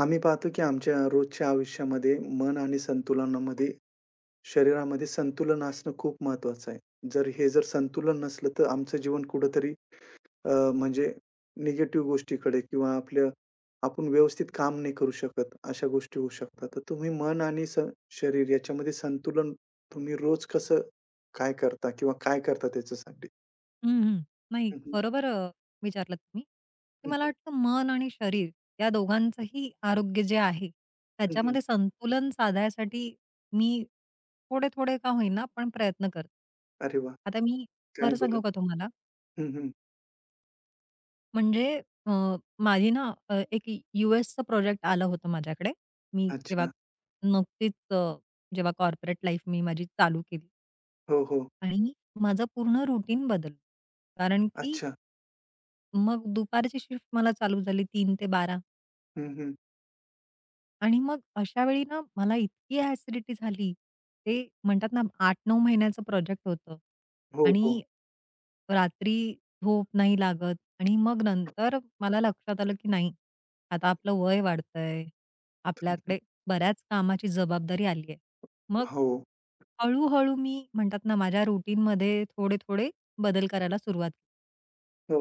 आम्ही पाहतो की आमच्या रोजच्या आयुष्यामध्ये मन आणि संतुलनामध्ये शरीरामध्ये संतुलन असणं खूप महत्वाचं आहे. जर संतुलन नसलं तर आमचं जीवन कुठेतरी म्हणजे निगेटिव्ह गोष्टीकडे किंवा आपण व्यवस्थित काम नाही करू शकत, अशा गोष्टी होऊ शकतात. तर तुम्ही मन आणि शरीर याच्यामध्ये संतुलन तुम्ही रोज कसं काय करता किंवा काय करता त्याच्यासाठी? हं, हं. नाही हं, हं. बरोबर, विचारलत तुम्ही, की मला हं, वाटतं मन आणि शरीर या दोघांचंही आरोग्य जे आहे, त्याच्यामध्ये संतुलन साधायसाठी मी थोडे-थोडे का होईना पण प्रयत्न करते. अरे वाह! आता मी काय खरं बरं? सांगू का तुम्हाला? हं, हं. म्हणजे अ, माझी ना एक यू-एसचं प्रोजेक्ट आलं होतं माझ्याकडे. मी जेव्हा अच्छा. नुकतीच, जेव्हा कॉर्पोरेट लाईफ मी माझी चालू केली हो, हो. आणि माझं पूर्ण रुटीन बदललं. कारण की अच्छा. मग दुपारची शिफ्ट मला चालू झाली तीन ते बारा, हं, हं. आणि मग अशा वेळी ना मला इतकी ॲसिडिटी झाली. ते म्हणतात ना, 8-9 महिन्याचं प्रोजेक्ट होतं हो, हो. आणि रात्री झोप नाही लागत, आणि मग नंतर मला लक्षात आलं की नाही, आता आपलं वय वाढतंय. आपल्याकडे बऱ्याच कामाची जबाबदारी आली आहे. मग हो, हळू, मी म्हणतात ना, माझ्या रुटीनमध्ये थोडे-थोडे बदल करायला सुरुवात. हो,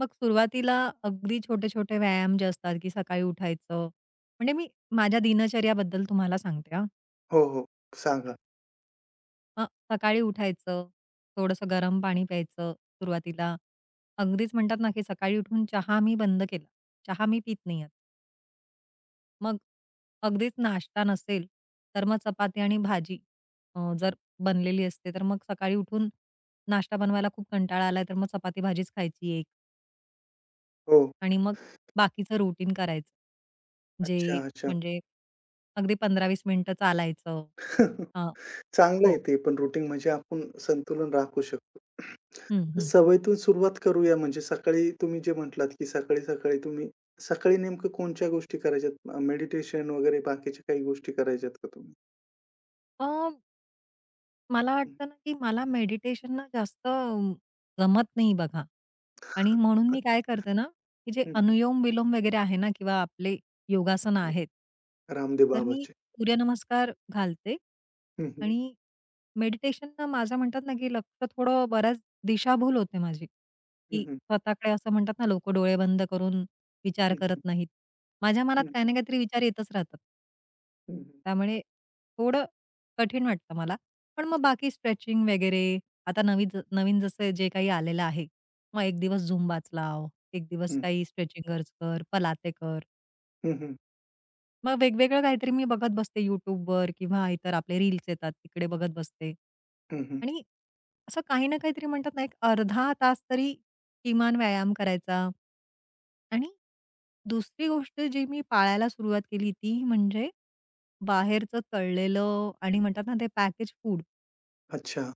मग सुरुवातीला अगदी छोटे-छोटे व्यायाम जे असतात, की सकाळी उठायचं. म्हणजे मी माझ्या दिनचर्याबद्दल तुम्हाला सांगते हां. हो, हो. सांगा. अ, सकाळी उठायचं, थोडंसं गरम पाणी प्यायचं सुरुवातीला. अगदीच म्हणतात ना, की सकाळी उठून चहा मी बंद केला. चहा मी पीत नाही आहे. मग अगदीच नाश्ता नसेल, तर मग चपाती आणि भाजी, जर बनलेली असते, तर मग सकाळी उठून नाश्ता बनवायला खूप कंटाळा आलाय, तर मग चपाती भाजीच खायची एक. हो. आणि मग बाकीचं रुटीन करायचं. जे अच्छा, अच्छा. म्हणजे अगदी 15-20 मिनिटं चालायचं. अ, चांगलं आहे हो. ते पण रुटीन म्हणजे आपण संतुलन राखू शकतो. हं, हं. सवयीतून सुरुवात करूया म्हणजे सकाळी तुम्ही जे म्हटलात, की सकाळी-सकाळी तुम्ही सकाळी नेमकं कोणत्या गोष्टी करायच्यात? मेडिटेशन वगैरे बाकीच्या काही गोष्टी करायच्यात का तुम्ही? अ, मला हं. वाटतं ना, की मला मेडिटेशन ना जास्त जमत नाही बघा. आणि म्हणून मी काय करते ना, की जे हं, हं. अनुलोम-विलोम वगैरे आहे ना, किंवा आपले योगासनं आहेत. रामदेव तर मी बाबाचे. सूर्यनमस्कार घालते, हं, हं. आणि मेडिटेशन ना माझं, म्हणतात ना, की लक्ष थोडं बऱ्याच दिशाभूल होते माझी, की हं, हं. स्वतःकडे. असं म्हणतात ना, लोकं डोळे बंद करून विचार हं, करत नाहीत. माझ्या मनात हं, काही ना हं. काहीतरी विचार येतच राहतात. हं, हं. त्यामुळे थोडं कठीण वाटतं मला. पण मग बाकी स्ट्रेचिंग वगैरे आता नवीन, नवीन जसं जे काही आलेलं आहे. मग एक दिवस झुंबाच लाव, एक दिवस काही स्ट्रेचिंगर्स कर, पलाते कर. हं, हं. मग वेगवेगळं काहीतरी मी बघत बसते YouTubeवर, किंवा इतर आपले रील्स येतात तिकडे बघत बसते. हं, हं. आणि असं काही ना काहीतरी, म्हणतात ना, एक अर्धा तास तरी किमान व्यायाम करायचा. आणि दुसरी गोष्ट जी मी पाळायला सुरुवात केली ती म्हणजे बाहेरचं तळलेलं, आणि म्हणतात ना, ते पॅकेज फूड, अच्छा.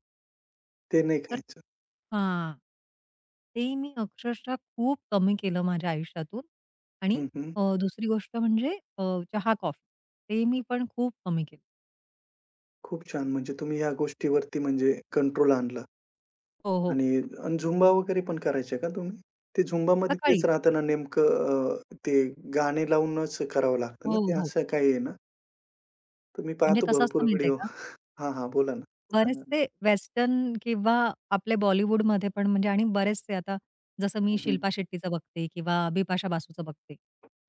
ते नाही तर खायचं. हां. ते मी अक्षरशः खूप कमी केलं माझ्या आयुष्यातून. आणि हं, हं. दुसरी गोष्ट म्हणजे, अ, चहा, कॉफी, ते मी पण खूप कमी केलं. खूप छान म्हणजे तुम्ही या गोष्टीवरती म्हणजे कंट्रोल आणला. हो, हो. आणि अन् झुंबा वगैरे पण करायचे का तुम्ही? ते झुंबामध्ये सकाळी, तेच राहतं सकाळी. ना नेमकं. ते गाणे लावूनच करावं लागतं ना, हो, ते हो. असं काही आहे ना? तर मी म्हणजे पाहतो कसं भरपूर असतं माहिती आहे व्हिडिओ का, हां, हां. बोला ना. हां, हां. बरेचसे वेस्टर्न किंवा आपले बॉलिवूडमध्ये पण, म्हणजे, आणि बरेचसे आता जसं मी हं, हं. शिल्पा शेट्टीचं बघते किंवा बिपाशा बासूचं बघते.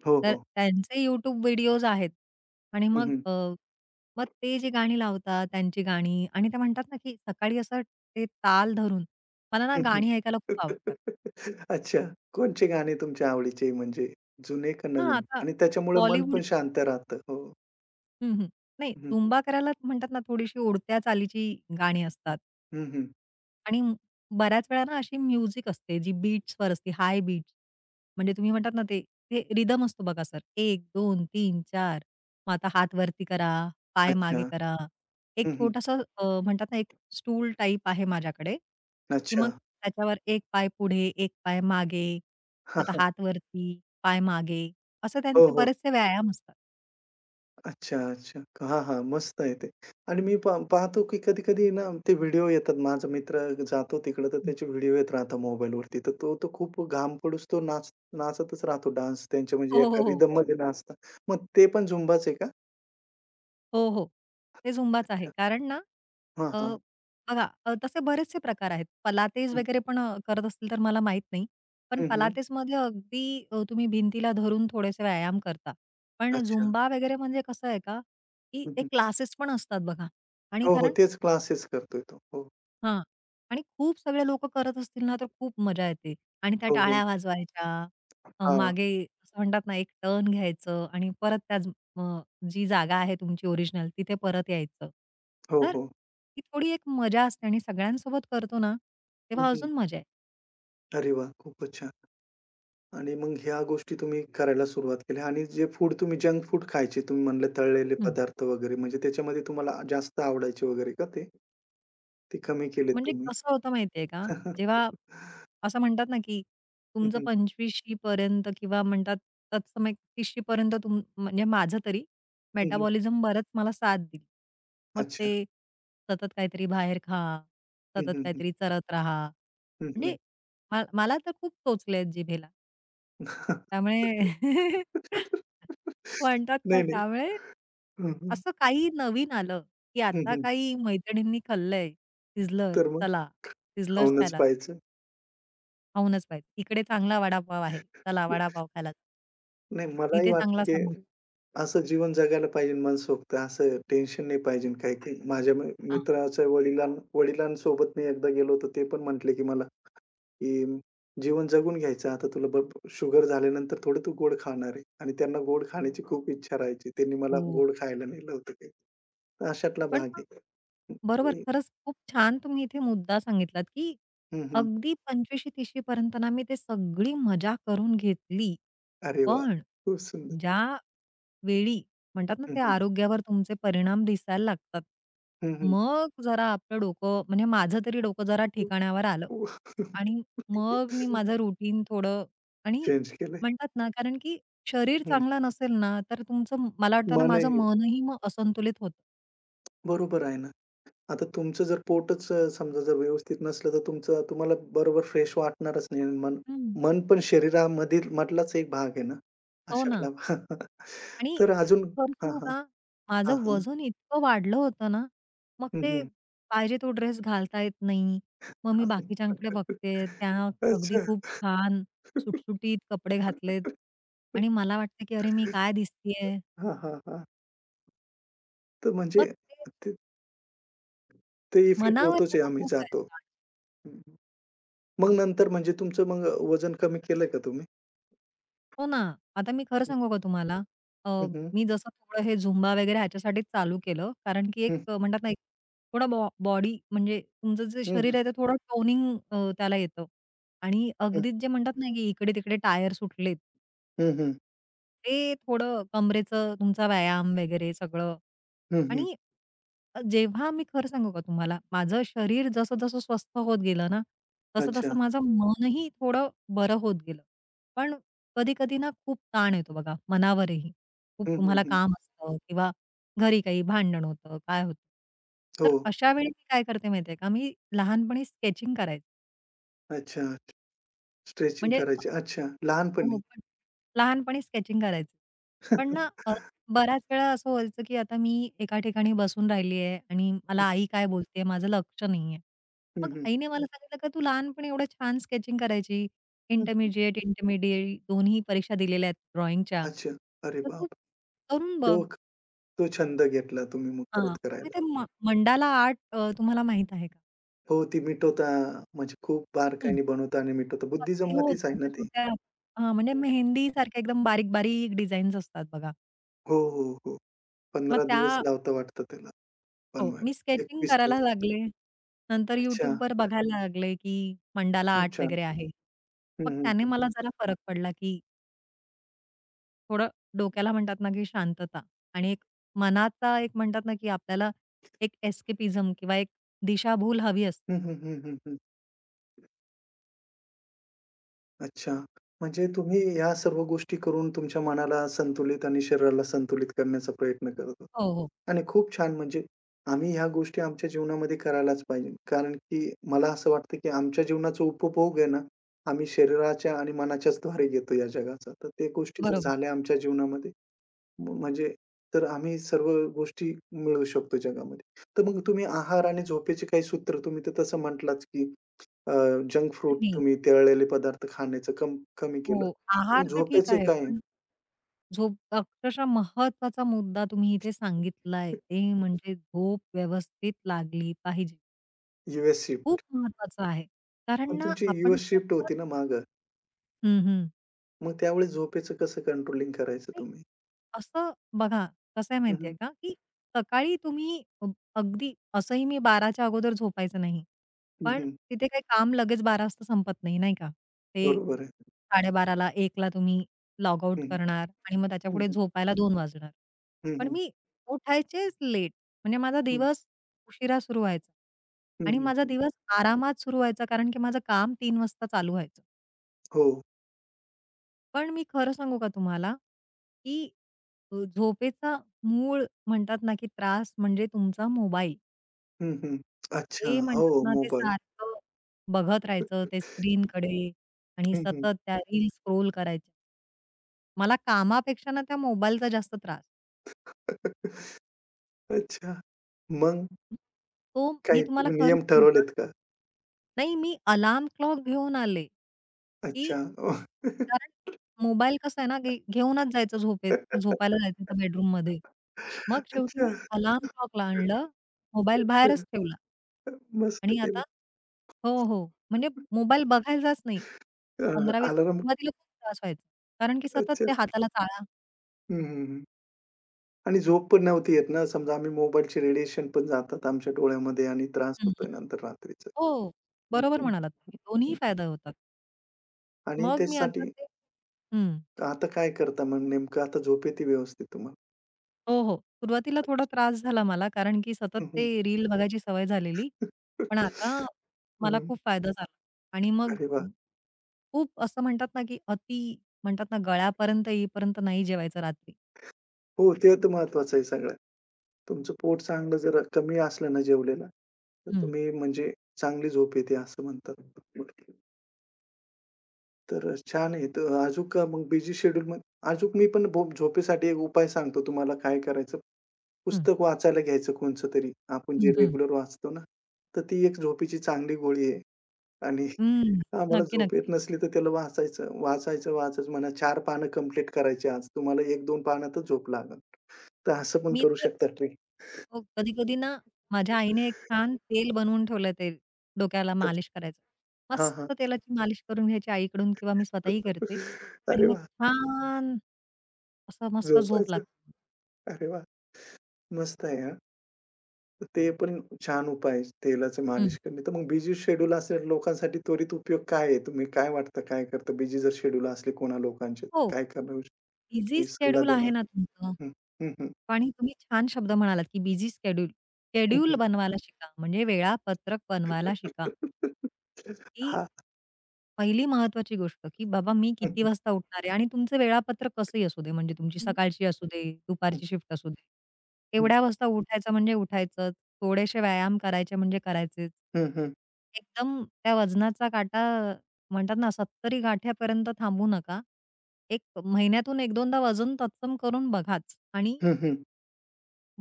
हो, तर हो. त्यांचे YouTube व्हिडिओज आहेत, आणि हं, मग हं. मग ते जी गाणी लावतात, त्यांची गाणी, आणि ते म्हणतात ना, की सकाळी असं ते ताल धरून, मला ना हं, हं. गाणी ऐकायला खूप आवडतात. अच्छा. कोणचे गाणे तुमच्या आवडीचे म्हणजे जुने का हां, नवीन? आता आणि त्याच्यामुळे मन पण बॉलिवूड. शांत राहतं. हो. हं, हं. नाही, हं, हं. झुंबा करायला म्हणतात ना, थोडीशी उडत्या चालीची गाणी असतात. हं, हं. आणि बऱ्याच वेळा ना अशी म्युझिक असते जी बीट्सवर असते, हाय बीट्स. म्हणजे तुम्ही म्हणतात ना ते ते रिदम असतो बघा सर, एक, दोन, तीन, चार, मग आता हात वरती करा, पाय मागे अच्छा. करा. एक हं, हं. छोटासा, म्हणतात ना एक स्टूल टाईप आहे माझ्याकडे, की अच्छा. मग त्याच्यावर एक पाय पुढे, एक पाय मागे, हां, आता हां. हात वरती, पाय मागे, असं हो, त्यांचे हो. बरेचसे व्यायाम असतात. अच्छा, अच्छा. हां, हां. मस्त आहे ते. आणि मी पाहतो की कधी-कधी ना ते व्हिडिओ येतात. माझा मित्र जातो तिकडं तर त्याचे व्हिडिओ येत राहतात मोबाईलवरती. तर तो तर खूप घाम पडूस तो नाचतच राहतो डान्स त्यांच्या हो, म्हणजे हो, एका हो, हो. रिदममध्ये नाचतात. मग ते पण झुंबाच आहे का? हो, हो. ते झुंबाच आहे. अच्छा. कारण ना, हां, अ, हां. बघा, तसे बरेचसे प्रकार आहेत. पलातेज हं, वगैरे पण करत असतील तर मला माहीत नाही. पण हं, हं. पलातेजमध्ये अगदी, तुम्ही भिंतीला धरून थोडेसे व्यायाम करता. पण अच्छा. झुंबा वगैरे म्हणजे कसं आहे का, की हं, ते हं. क्लासेस पण असतात बघा, आणि हो, हो. कारण तेच क्लासेस करतोय तो. हो, हां. आणि खूप सगळे लोकं करत असतील ना, तर खूप मजा येते. आणि त्या हो, हो. टाळ्या वाजवायच्या, हां. मागे असं म्हणतात ना, एक टर्न घ्यायचं, आणि परत त्याच अ, जी जागा आहे तुमची ओरिजिनल तिथे परत यायचं. हो, तर हो. ती थोडी एक मजा असते, आणि सगळ्यांसोबत करतो ना, हं, तेव्हा हं. अजून मजा आहे. अरे वाह! खूपच छान. आणि मग ह्या गोष्टी तुम्ही करायला सुरुवात केल्या आणि जे फूड तुम्ही जंक फूड खायचे तुम्ही म्हणले तळलेले पदार्थ वगैरे म्हणजे त्याच्यामध्ये तुम्हाला जास्त आवडायचे वगैरे का ते? ते कमी केलेत म्हणजे तुम्ही. कसं होतं माहितीये का, जेव्हा असं म्हणतात ना, की हं, तुमचं हं. 25शी पर्यंत किंवा म्हणतात तत्सम 31शी पर्यंत म्हणजे माझं तरी हं, हं. मेटाबॉलिझम बरंच मला साथ दिली. मग अच्छा. ते सतत काहीतरी बाहेर खा, सतत काहीतरी चरत राहा. हं, हं, हं. हं, म्हणजे हं. मला तर खूप टोचले आहेत जिभेला. त्यामुळे म्हणतात ना, नाही, नाही. त्यामुळे हं, हं. असं काही नवीन आलं, की आता हं, काही मैत्रिणींनी खाल्लंय सिझलर्स, तर मग चला सिझलर्स खाऊनच खायला. पाहायचं. खाऊनच पाहिजे. इकडे चांगला वडापाव आहे. चला वडापाव खायला. नाही मलाही इथे वाटतं चांगला की समोसा. असं जीवन जगायला पाहिजे मनसोक्त. असं टेन्शन नाही पाहिजे काही-काही. माझ्या हा, मित्राच्या वडिलांसोबत मी एकदा गेलो होतो. ते पण म्हटले, की मला, की "जीवन जगून घ्यायचं आता तुला बघ शुगर झाल्यानंतर थोडं तू गोड खाणार आहे." आणि त्यांना गोड खाण्याची खूप इच्छा राहायची. त्यांनी मला हो. गोड खायला नेलं होतं काही. तर अशातला पण भाग मग आहे. हं, बरोबर, ते खरंच खूप छान तुम्ही इथे मुद्दा सांगितलात, की अगदी 25शी, तीशी पर्यंत ना मी ते सगळी मजा करून घेतली. अरे वाह! पण खूप सुंदर. ज्या वेळी म्हणतात ना, हं, ते हं. आरोग्यावर तुमचे परिणाम दिसायला लागतात. हं, मग जरा आपलं डोकं, म्हणजे माझं तरी डोकं जरा ठिकाणावर आलं. आणि मग मी माझं रुटीन थोडं, आणि चेंज केलंय. म्हणतात ना, कारण की शरीर हं. चांगलं नसेल ना, तर तुमचं, मला वाटतं ना, माझं मनही मनही मग असंतुलित होतं. बरोबर आहे ना. आता तुमचं जर पोटच समजा जर व्यवस्थित नसलं, तर तुमचं तुम्हाला बरोबर फ्रेश वाटणारच नाही. मन हं. मन पण शरीरामधील मधलाच एक भाग आहे ना, हो ना. अशातला आणि तर अजून खरं हां, सांगू हां. का, हां, माझं हां. वजन इतकं वाढलं होतं ना, मग हं, ते हं. पाहिजे तो ड्रेस घालता येत नाही. मग मी बाकीच्यांकडे बघते, त्या अगदी अच्छा. खूप छान सुटसुटीत कपडे घातलेत, आणि मला वाटतं की अरे मी काय दिसतीये? हां, हां, हां. तर मग म्हणजे ते ते ते इफेक्ट मनावर होतोच आहे, त्याचा आम्ही खूप आहे. जातो. हं, हं. मग नंतर म्हणजे तुमचं मग वजन कमी केलंय का तुम्ही? हो ना. आता मी खरं सांगू का तुम्हाला? अ, हं, हं, मी जसं थोडं हे झुंबा वगैरे ह्याच्यासाठी चालू केलं, कारण की एक, हं. म्हणतात ना, एक थोडा बॉडी, म्हणजे तुमचं जे हं, हं, हं. शरीर आहे ते थोडं टोनिंग त्याला येतं. आणि अगदीच जे म्हणतात ना, की इकडे-तिकडे टायर सुटलेत, हं, हं. ते थोडं कंबरेचं तुमचा व्यायाम वगैरे सगळं. आणि जेव्हा मी खरं सांगू का तुम्हाला, माझं शरीर जसं-जसं स्वस्थ होत गेलं ना, अच्छा. तसं-तसं माझं मनही थोडं बरं होत गेलं. पण कधी-कधी ना खूप ताण येतो बघा मनावरही. खूप हं, हं, तुम्हाला हं. काम असतं किंवा घरी काही भांडण होतं, काय होतं. हो. तर अशा वेळी मी काय करते माहिती का, मी लहानपणी स्केचिंग करायचे. अच्छा. स्ट्रेचिंग म्हणजे करायची. अच्छा, लहानपणी? हो, पण लहानपणी स्केचिंग करायचे. पण ना, बऱ्याच वेळा असं व्हायचं, की आता मी एका ठिकाणी बसून राहिली आहे आणि मला आई काय बोलते माझं लक्ष नाहीये. हं, मग हं. आईने मला सांगितलं, "का तू लहानपणी एवढं छान स्केचिंग करायची. हं, हं. इंटरमिडिएट दोन्ही परीक्षा दिलेल्या आहेत ड्रॉइंगच्या. अच्छा. अरे तर तू बाप! करून बघ." तो तो छंद घेतला तुम्ही मग हां. परत मग ते करायला. मंडाला आर्ट, तुम्हाला माहीत आहे का? हो, ती मिटवता म्हणजे खूप हं. बारकाईने बनवता आणि मिटवता. अगदी हो, बुद्धिजममध्येच आहे ना ते. छोट्या-छोट्या, हां, म्हणजे हं. मेहंदीसारख्या एकदम बारीक-बारीक डिझाईन्स असतात बघा. हो, हो, हो. मग 15 दिवस त्या, लावता वाटतं त्याला हो, मी बनवायला. स्केचिंग 21 करायला दिवस. लागले. नंतर अच्छा. YouTubeवर बघायला लागले, की मंडाला खूप आर्ट छान. वगैरे आहे. हं, मग हं, त्याने हं. मला जरा फरक पडला, की थोडं डोक्याला, म्हणतात ना, की शांतता, आणि एक मनाचा एक, म्हणतात ना, की आपल्याला एक एस्केपिझम किंवा एक दिशाभूल हवी असते. हं, हं, हं, हं, अच्छा. म्हणजे तुम्ही ह्या सर्व गोष्टी करून तुमच्या मनाला संतुलित आणि शरीराला संतुलित करण्याचा प्रयत्न करत होता. हो, हो. आणि खूप छान म्हणजे आम्ही ह्या गोष्टी आमच्या जीवनामध्ये करायलाच पाहिजे. कारण की मला असं वाटतं की आमच्या जीवनाचा उपभोग आहे ना, आम्ही शरीराच्या आणि मनाच्याच द्वारे घेतो या जगाचा. तर त्या गोष्टी जर बरोबर. झाल्या आमच्या जीवनामध्ये म्हणजे तर आम्ही सर्व गोष्टी मिळवू शकतो जगामध्ये. तर मग तुम्ही आहार आणि झोपेचे काही सूत्र तुम्ही तर तसं म्हटलाच की अ, जंक फूड नाही. तुम्ही तळलेले पदार्थ खाण्याचं कमी केलं. हो, मग आहार तर ठीक झोपेचं आहे, काय? पण झोप अक्षरशः महत्त्वाचा मुद्दा तुम्ही इथे सांगितलाय. ते म्हणजे झोप व्यवस्थित लागली पाहिजे. यू खूप शिफ्ट. महत्त्वाचं आहे. पण कारण ना, तुमची यू आपण शिफ्ट सतत. होती ना मागं. हं, हं. मग त्यावेळेस झोपेचं कसं कंट्रोलिंग करायचं नाही. तुम्ही? असं बघा, कसं आहे हं, माहिती हं. का, की सकाळी तुम्ही, अगदी असंही मी 12च्या अगोदर झोपायचं नाही. हं, पण हं. तिथे काही काम लगेच 12 वाजता संपत नाही, नाही का? ते बरोबर आहे. 12:30ला, एकला, तुम्ही लॉग हं, आउट हं. करणार आणि मग हं, त्याच्यापुढे हं. झोपायला 2 वाजणार. हं, पण हं. मी उठायचेच लेट. म्हणजे माझा दिवस उशिरा सुरू व्हायचा, हं, आणि माझा हं, दिवस आरामात सुरू व्हायचा, कारण की माझं काम 3 वाजता चालू व्हायचं. हो. पण मी खरं सांगू का तुम्हाला, की झोपेचा मूळ, म्हणतात ना, की त्रास म्हणजे तुमचा मोबाईल. हं, हं. अच्छा. ते हो, म्हणतात ना, ते मोबाईल. सारखं बघत राहायचं ते स्क्रीनकडे, आणि हं, हं. सतत त्या रील्स स्क्रोल करायच्या. मला कामापेक्षा ना त्या मोबाईलचा जास्त त्रास. अच्छा. मग तो मी काही तुम्हाला तुम्ही खरं नियम सांगू का, ठरवलेत का? नाही, मी अलार्म क्लॉक घेऊन आले, की कारण मोबाईल कसा आहे ना, घेऊनच जायचं झोपेत, झोपायला जायचं बेडरूममध्ये. मग शेवटी अच्छा. मी अलार्म क्लॉकला आणलं, मोबाईल अच्छा. बाहेरच ठेवला, मस्त आणि आता, केलं. हो, हो. म्हणजे मोबाईल बघायचाच नाही. अ, 15-20 अलार्म सुरुवातीला खूप त्रास व्हायचा. कारण की सतत अच्छा. ते हाताला चाळा. हं, हं, हं. आणि झोप पण नव्हती येत ना, समजा आम्ही मोबाईलचे रेडिएशन पण जातात आमच्या डोळ्यामध्ये आणि त्रास हं, होतोय हं. नंतर रात्रीचा. हो, बरोबर हं, म्हणालात तुम्ही. दोन्ही हं. फायदा होतात. आणि मग मी आता त्याच्यासाठी ते, हं. आता काय करता मग नेमकं? आता झोप येते व्यवस्थित तुम्हाला? हो, हो. सुरुवातीला थोडा त्रास झाला मला, कारण की सतत हं, ते हं. रील बघायची सवय झालेली. पण आता हं. मला खूप फायदा झाला, आणि मग अरे वाह! खूप असं म्हणतात ना, की अति, म्हणतात ना, गळ्यापर्यंत येईपर्यंत नाही जेवायचं रात्री. हो, ते तर महत्वाचं आहे सगळ्यात. तुमचं पोट चांगलं जरा कमी असलं ना जेवलेलं, तर हं, तुम्ही म्हणजे चांगली झोप येते असं म्हणतात. तर छान आहे. तर अजूक मग बिझी शेड्यूलमध्ये अजूक मी पण झोपेसाठी एक उपाय सांगतो तुम्हाला काय करायचं. हं, पुस्तक वाचायला घ्यायचं कोणचं तरी. आपण जे हं, हं. रेग्युलर वाचतो ना, तर ती एक झोपेची चांगली गोळी आहे आणि हं. आम्हाला नक्की, झोप येत नक्की. नसली तर त्याला वाचायचं, वाचायचं, वाचायचं म्हणा 4 पानं कंप्लीट करायची आज. तुम्हाला 1-2 पानातच झोप लागेल. तर असं पण मी करू तर, शकता ट्रिक. हो, कधी-कधी ना, माझ्या आईने एक छान तेल बनवून ठेवलं. तेल डोक्याला मालिश करायचं. हां, हां. मस्त तेलाची मालिश करून घ्यायची आईकडून किंवा मी स्वतःही करते, आणि अरे मग वाह! छान, असं मस्त झोप झोपायचं. लागते. अरे वाह! मस्त आहे. ते पण छान उपाय आहे, तेलाचं हं. मालिश करणे. तर मग बिझी शेड्यूल असलेल्या लोकांसाठी त्वरित उपयोग काय आहे? तुम्ही काय वाटतं, काय करतं? बिझी जर शेड्यूल असले कोणा लोकांचे, हो. तर काय करावं? बिझी हे सल्ला शेड्यूल आहे देणार? ना तुमचं, हं, हं, हं, आणि तुम्ही छान शब्द म्हणालात, की बिझी शेड्यूल. शेड्यूल बनवायला शिका, म्हणजे वेळापत्रक बनवायला हं, शिका, हं. की हां. पहिली महत्वाची गोष्ट, की बाबा मी हं, किती हं. वाजता उठणार आहे, आणि तुमचं वेळापत्रक कसंही असू दे, म्हणजे तुमची हं, सकाळची असू दे, हं. दुपारची शिफ्ट असू दे. एवढ्या वाजता उठायचं म्हणजे उठायचंच, थोडेसे व्यायाम करायचे म्हणजे करायचेच. हं, हं. एकदम त्या वजनाचा काटा म्हणतात ना, 70 गाठ्यापर्यंत थांबू नका. एक महिन्यातून 1-2दा वजन तत्सम करून बघाच, आणि हं, हं.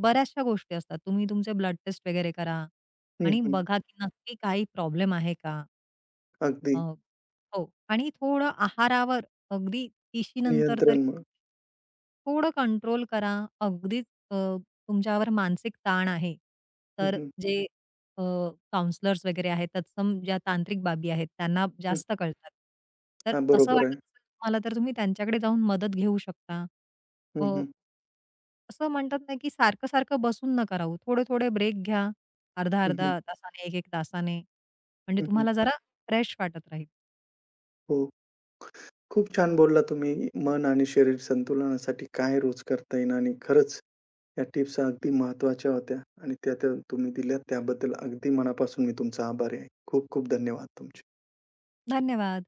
बऱ्याचशा गोष्टी असतात. तुम्ही तुमचे ब्लड टेस्ट वगैरे करा, हं, आणि हं. बघा, की नक्की काही प्रॉब्लेम आहे का? अगदी अ, हो, आणि थोडं आहारावर, अगदी 30शी नंतर तरी नियंत्रण मग. थोडं कंट्रोल करा. अगदीच, अ, तुमच्यावर मानसिक ताण आहे. हं, तर हं. जे अ, काउंसलर्स वगैरे आहेत, तत्सम ज्या तांत्रिक बाबी आहेत, त्यांना हं. जास्त कळतात. तर हां, असं बरोबर वाटत आहे. असेल तुम्हाला, तर तुम्ही त्यांच्याकडे जाऊन मदत घेऊ शकता. हं, अ, हं. असं म्हणतात ना, की सारखं-सारखं बसून नका राहू. थोडे-थोडे ब्रेक घ्या. हं, हं. अर्धा-अर्धा तासाने, 1-1 तासाने. म्हणजे हं, हं. तुम्हाला जरा फ्रेश वाटत राहील. हो. खूप छान बोलला तुम्ही. मन आणि शरीर संतुलनासाठी काय रोज करता येईल आणि खरंच या टिप्स अगदी महत्वाच्या होत्या आणि त्या तर तुम्ही दिल्यात त्याबद्दल अगदी मनापासून मी तुमचा आभारी आहे. खूप खूप धन्यवाद तुमचे. धन्यवाद.